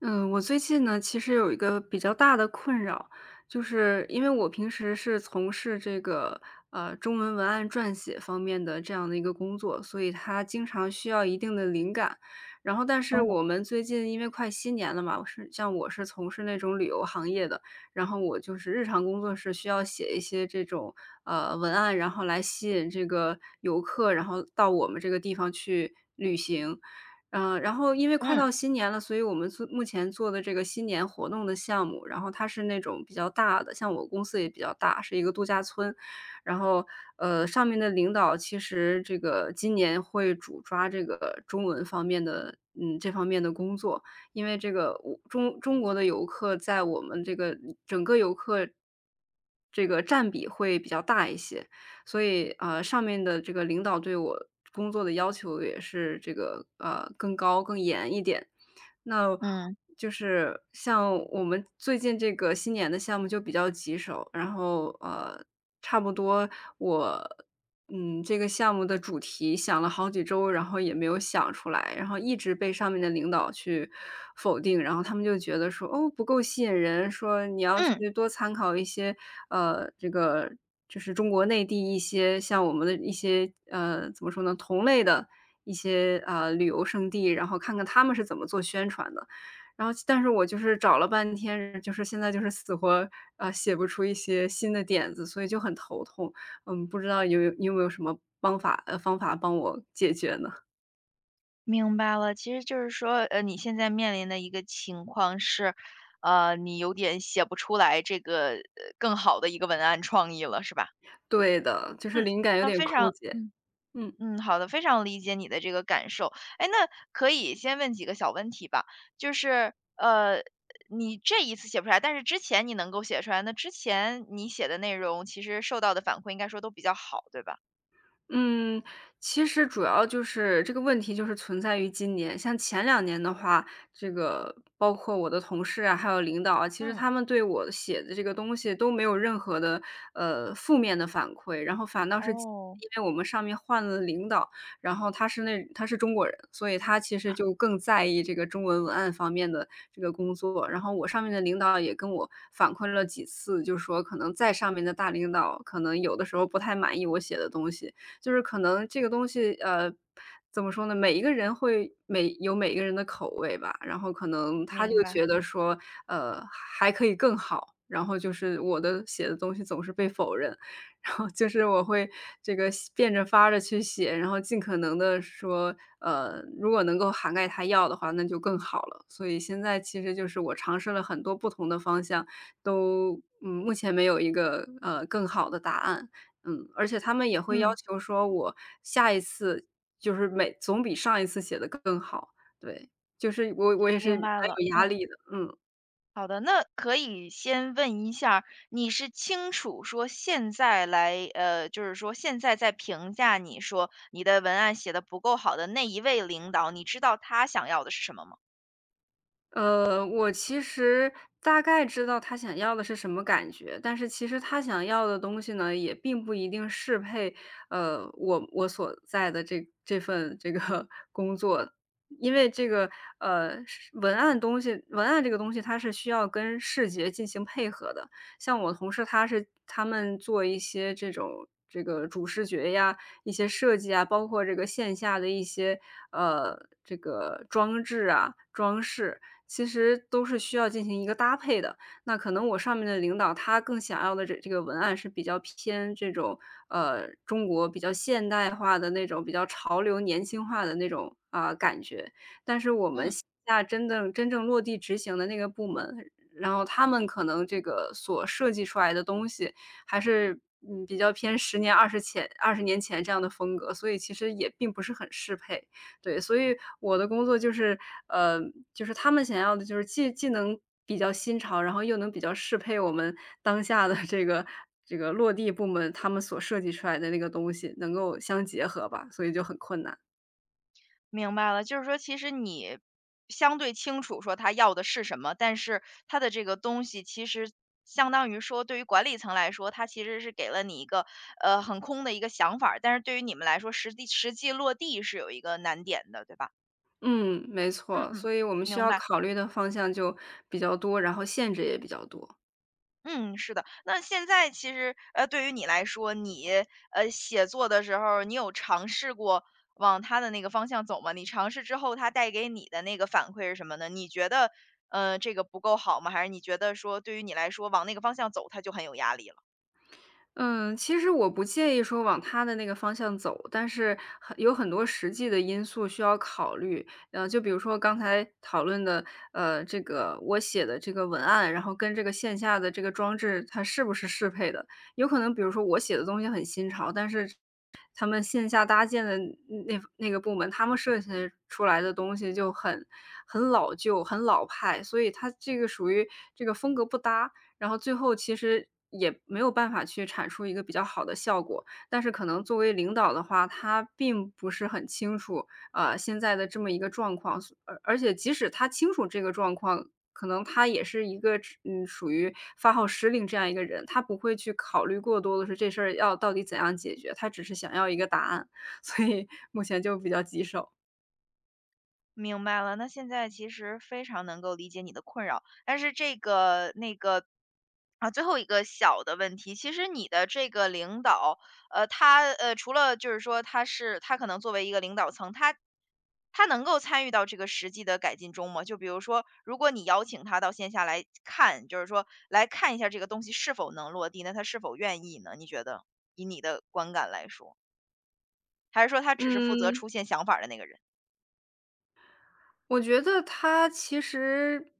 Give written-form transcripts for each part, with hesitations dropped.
嗯，我最近呢，其实有一个比较大的困扰，就是因为我平时是从事这个中文文案撰写方面的这样的一个工作，所以它经常需要一定的灵感。然后，但是哦，我们最近因为快新年了嘛，我是从事那种旅游行业的，然后我就是日常工作是需要写一些这种文案，然后来吸引这个游客，然后到我们这个地方去旅行。嗯，然后因为快嗯到新年了，所以我们目前做的这个新年活动的项目，然后它是那种比较大的，像我公司也比较大，是一个度假村。然后，上面的领导其实这个今年会主抓这个中文方面的，嗯，这方面的工作，因为这个我中国的游客在我们这个整个游客这个占比会比较大一些。所以，上面的这个领导对我工作的要求也是这个，更高更严一点。那嗯就是像我们最近这个新年的项目就比较棘手，然后差不多我这个项目的主题想了好几周，然后也没有想出来，然后一直被上面的领导去否定，然后他们就觉得说："哦，不够吸引人，说你要嗯，去多参考一些这个就是中国内地一些像我们的一些怎么说呢，同类的一些，旅游胜地，然后看看他们是怎么做宣传的。然后但是我就是找了半天，就是现在就是死活，写不出一些新的点子，所以就很头痛。嗯，不知道有你有没有什么方法方法帮我解决呢？明白了。其实就是说，你现在面临的一个情况是，你有点写不出来这个更好的一个文案创意了，是吧？对的，就是嗯，灵感有那点非枯常，竭，嗯嗯。嗯，好的，非常理解你的这个感受。哎，那可以先问几个小问题吧，就是你这一次写不出来，但是之前你能够写出来，那之前你写的内容其实受到的反馈应该说都比较好，对吧？嗯，其实主要就是这个问题就是存在于今年。像前两年的话，这个包括我的同事啊，还有领导啊，其实嗯，他们对我写的这个东西都没有任何的，负面的反馈。然后反倒是哦，因为我们上面换了领导，然后那他是中国人，所以他其实就更在意这个中文文案方面的这个工作。然后我上面的领导也跟我反馈了几次，就说可能在上面的大领导，可能有的时候不太满意我写的东西。就是可能这个东西，怎么说呢？每一个人会每一个人的口味吧，然后可能他就明白。觉得说，还可以更好，然后就是我的写的东西总是被否认，然后就是我会这个写变着法儿的去写，然后尽可能的说，如果能够涵盖他要的话，那就更好了。所以现在其实就是我尝试了很多不同的方向，都目前没有一个，更好的答案。嗯，而且他们也会要嗯，求说我下一次就是总比上一次写的更好，对，就是我也是明白蛮了，有压嗯，力的，嗯。好的，那可以先问一下儿你是清楚说现在来，就是说现在在评价你说你的文案写的不够好的那一位领导，你知道他想要的是什么吗？我其实大概知道他想要的是什么感觉，但是其实他想要的东西呢，也并不一定适配，我所在的这份这个 工作。因为这个呃，文案东西，文案这个东西它是需要跟视觉进行配合的。像我同事，他们做一些这种这个主视觉呀、一些设计啊，包括这个线下的一些呃这个装置啊、装饰，其实都是需要进行一个搭配的。那可能我上面的领导他更想要的这个文案是比较偏这种，中国比较现代化的那种比较潮流年轻化的那种，啊，感觉。但是我们嗯，线下真正落地执行的那个部门，然后他们可能这个所设计出来的东西还是，嗯，比较偏十年、二十年前这样的风格，所以其实也并不是很适配。对，所以我的工作就是，呃，就是他们想要的就是既能比较新潮，然后又能比较适配我们当下的这个落地部门，他们所设计出来的那个东西能够相结合吧，所以就很困难。明白了，就是说其实你相对清楚说他要的是什么，但是他的这个东西其实相当于说对于管理层来说，他其实是给了你一个很空的一个想法儿，但是对于你们来说，实际实际落地是有一个难点的，对吧？嗯，没嗯错，嗯，所以我们需明要白。考虑的方向就比较多，然后限制也比较多。嗯，是的。那现在其实，对于你来说，你写作的时候儿你有尝试过往他的那个方向走吗？你尝试之后，他带给你的那个反馈是什么呢？你觉得，这个不够好吗？还是你觉得说，对于你来说，往那个方向走，它就很有压力了？嗯，其实我不介意说往他的那个方向走，但是很多实际的因素需要考虑。呃，就比如说刚才讨论的，这个我写的这个文案，然后跟这个线下的这个装置，它是不是适配的？有可能，比如说我写的东西很新潮，但是他们线下搭建的那个部门，他们设计出来的东西就很老旧、很老派，所以它这个属于这个风格不搭。然后最后其实也没有办法去产出一个比较好的效果。但是可能作为领导的话，他并不是很清楚，现在的这么一个状况，而且即使他清楚这个状况，可能他也是一个属于发号施令这样一个人，他不会去考虑过多的是这事儿要到底怎样解决，他只是想要一个答案，所以目前就比较棘手。明白了，那现在其实非常能够理解你的困扰，但是这个那个啊，最后一个小的问题，其实你的这个领导，他除了就是说他是他可能作为一个领导层，他能够参与到这个实际的改进中吗？就比如说，如果你邀请他到线下来看，就是说来看一下这个东西是否能落地，那他是否愿意呢？你觉得以你的观感来说，还是说他只是负责嗯。出现想法儿的那个人？我觉得他其实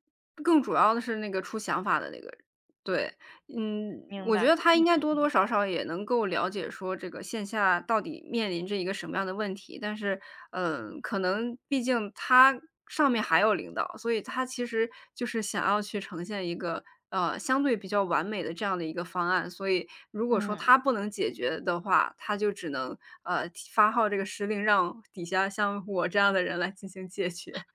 更主要的是那个出想法的那个人对。嗯，明我觉白，得他应该嗯多多少少也能够了解说这个线下到底面临着一个什么样的问题，但是，嗯，可能毕竟他上面还有领导，所以他其实就是想要去呈现一个，相对比较完美的这样的一个方案。所以如果说嗯。他不能解决的话，他就只能，发号这个施令，让底下像我这样的人来进行解决。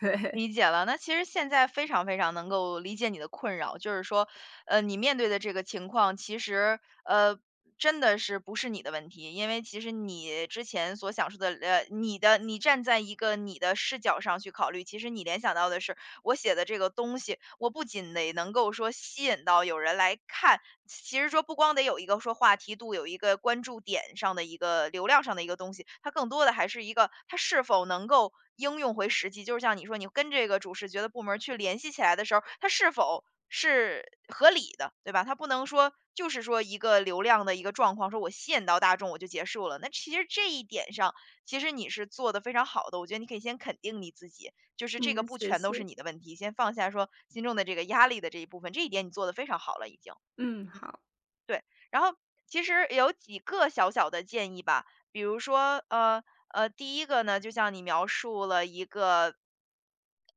对，理解了，那其实现在非常非常能够理解你的困扰，就是说，你面对的这个情况，其实真的是不是你的问题，因为其实你之前所想说的，你的你站在一个你的视角上去考虑，其实你联想到的是，我写的这个东西，我不仅得能够说吸引到有人来看，其实说不光得有一个说话题度，有一个关注点上的一个流量上的一个东西，它更多的还是一个它是否能够应用回实际。就是像你说，你跟这个主视觉的部门儿去联系起来的时候，它是否是合理的，对吧？它不能说就是说一个流量的一个状况，说我吸引到大众我就结束了。那其实这一点上，其实你是做的非常好的，我觉得你可以先肯定你自己，就是这个嗯，不谢全都谢，是你的问题，先放下说心中的这个压力的这一部分，这一点你做的非常好了已经。嗯，嗯，好，对。然后其实有几个小小的建议吧，比如说，第一个呢，就像你描述了一个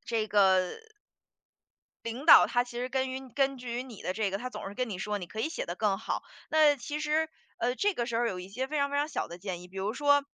这个领导他其实根据于你的这个，他总是跟你说你可以写得更好。那其实，这个时候有一些非常非常小的建议，比如说，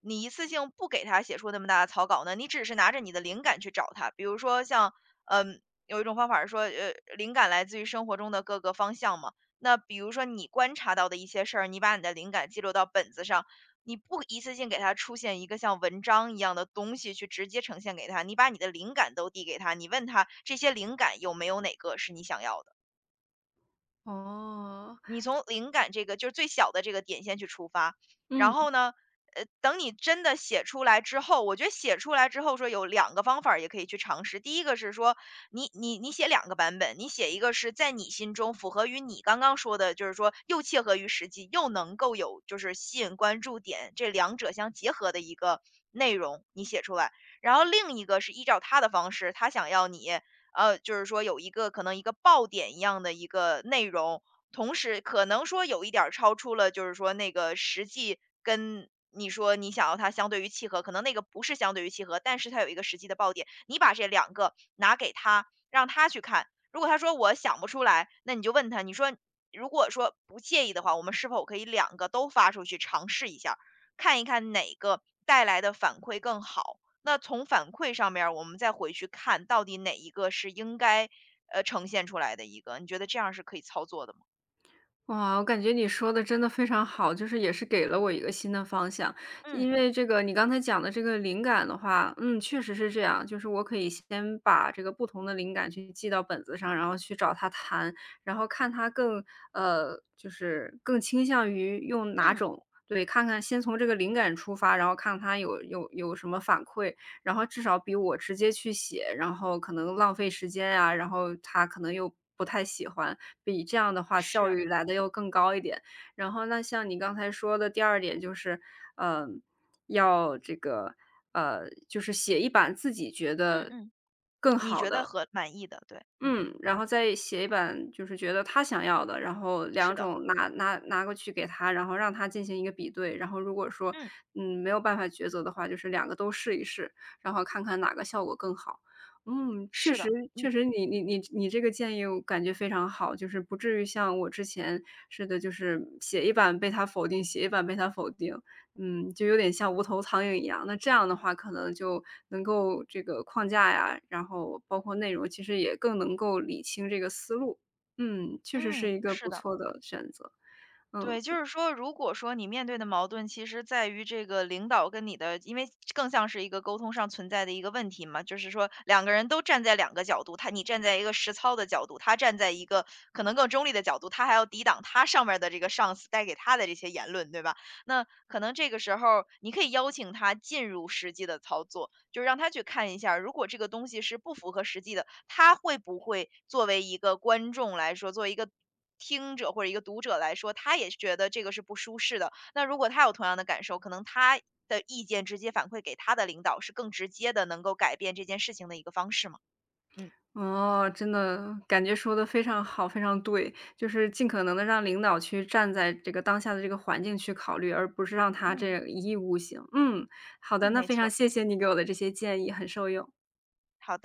你一次性不给他写出那么大的草稿呢，你只是拿着你的灵感去找他。比如说像，嗯，有一种方法是说，灵感来自于生活中的各个方向嘛。那比如说你观察到的一些事儿，你把你的灵感记录到本子上，你不一次性给它出现一个像文章一样的东西去直接呈现给他，你把你的灵感都递给他，你问他这些灵感有没有哪个是你想要的。哦，你从灵感这个就是最小的这个点先去出发，然嗯。后呢，等你真的写出来之后，我觉得写出来之后说有两个方法儿也可以去尝试。第一个是说，你写两个版本，你写一个是在你心中符合于你刚刚说的，就是说又切合于实际，又能够有就是吸引关注点，这两者相结合的一个内容你写出来。然后另一个是依照他的方式，他想要你，就是说有一个可能一个爆点一样的一个内容，同时可能说有一点儿超出了，就是说那个实际跟你说你想要它相对于契合，可能那个不是相对于契合，但是它有一个实际的爆点。你把这两个拿给他，让他去看。如果他说我想不出来，那你就问他，你说如果说不介意的话，我们是否可以两个都发出去尝试一下儿看一看哪个带来的反馈更好？那从反馈上面儿我们再回去看到底哪一个是应该呈现出来的一个，你觉得这样是可以操作的吗？哇，我感觉你说的真的非常好，就是也是给了我一个新的方向。嗯，因为这个你刚才讲的这个灵感的话，嗯，确实是这样，就是我可以先把这个不同的灵感去记到本子上，然后去找他谈，然后看他更就是更倾向于用哪嗯，种。对，看看先从这个灵感出发，然后看他有什么反馈，然后至少比我直接去写，然后可能浪费时间啊，然后他可能又不太喜欢，比这样的话效是，率来的又更高一点。然后那像你刚才说的第二点就是，呃，要这个，就是写一版自己觉嗯得嗯，更你好觉得的和满意的，对，嗯，嗯，然后再写一版就是觉得他想要的，然后两是的，种拿过去给他，然后让他进行一个比对，然后如果说，嗯，嗯，没有办法抉择的话，就是两个都试一试，然后看看哪个效果更好。嗯，是的，确嗯，实你你这个建议我感觉非常好，就是不至于像我之前似的，就是写一版被他否定，写一版被他否定。嗯，就有点像无头苍蝇一样。那这样的话，可能就能够这个框架呀，然后包括内容，其实也更能够理清这个思路。嗯，确实是嗯，一个是不的。错的选择。嗯，对，就是说，如果说你面对的矛盾，其实在于这个领导跟你的，因为更像是一个沟通上存在的一个问题嘛，就是说两个人都站在两个角度，他你站在一个实操的角度，他站在一个可能更中立的角度，他还要抵挡他上面儿的这个上司带给他的这些言论，对吧？那可能这个时候儿你可以邀请他进入实际的操作，就让他去看一下儿如果这个东西是不符合实际的，他会不会作为一个观众来说，作为一个听者或者一个读者来说，他也觉得这个是不舒适的。那如果他有同样的感受，可能他的意见直接反馈给他的领导，是更直接的能够改变这件事情的一个方式嘛。嗯。哦，真的感觉说的非常好，非常对，就是尽可能的让领导去站在这个当下的这个环境去考虑，而不是让他嗯。这一意孤行。嗯，好的，嗯，那没非错常儿，谢谢你给我的这些建议，很受用。好的。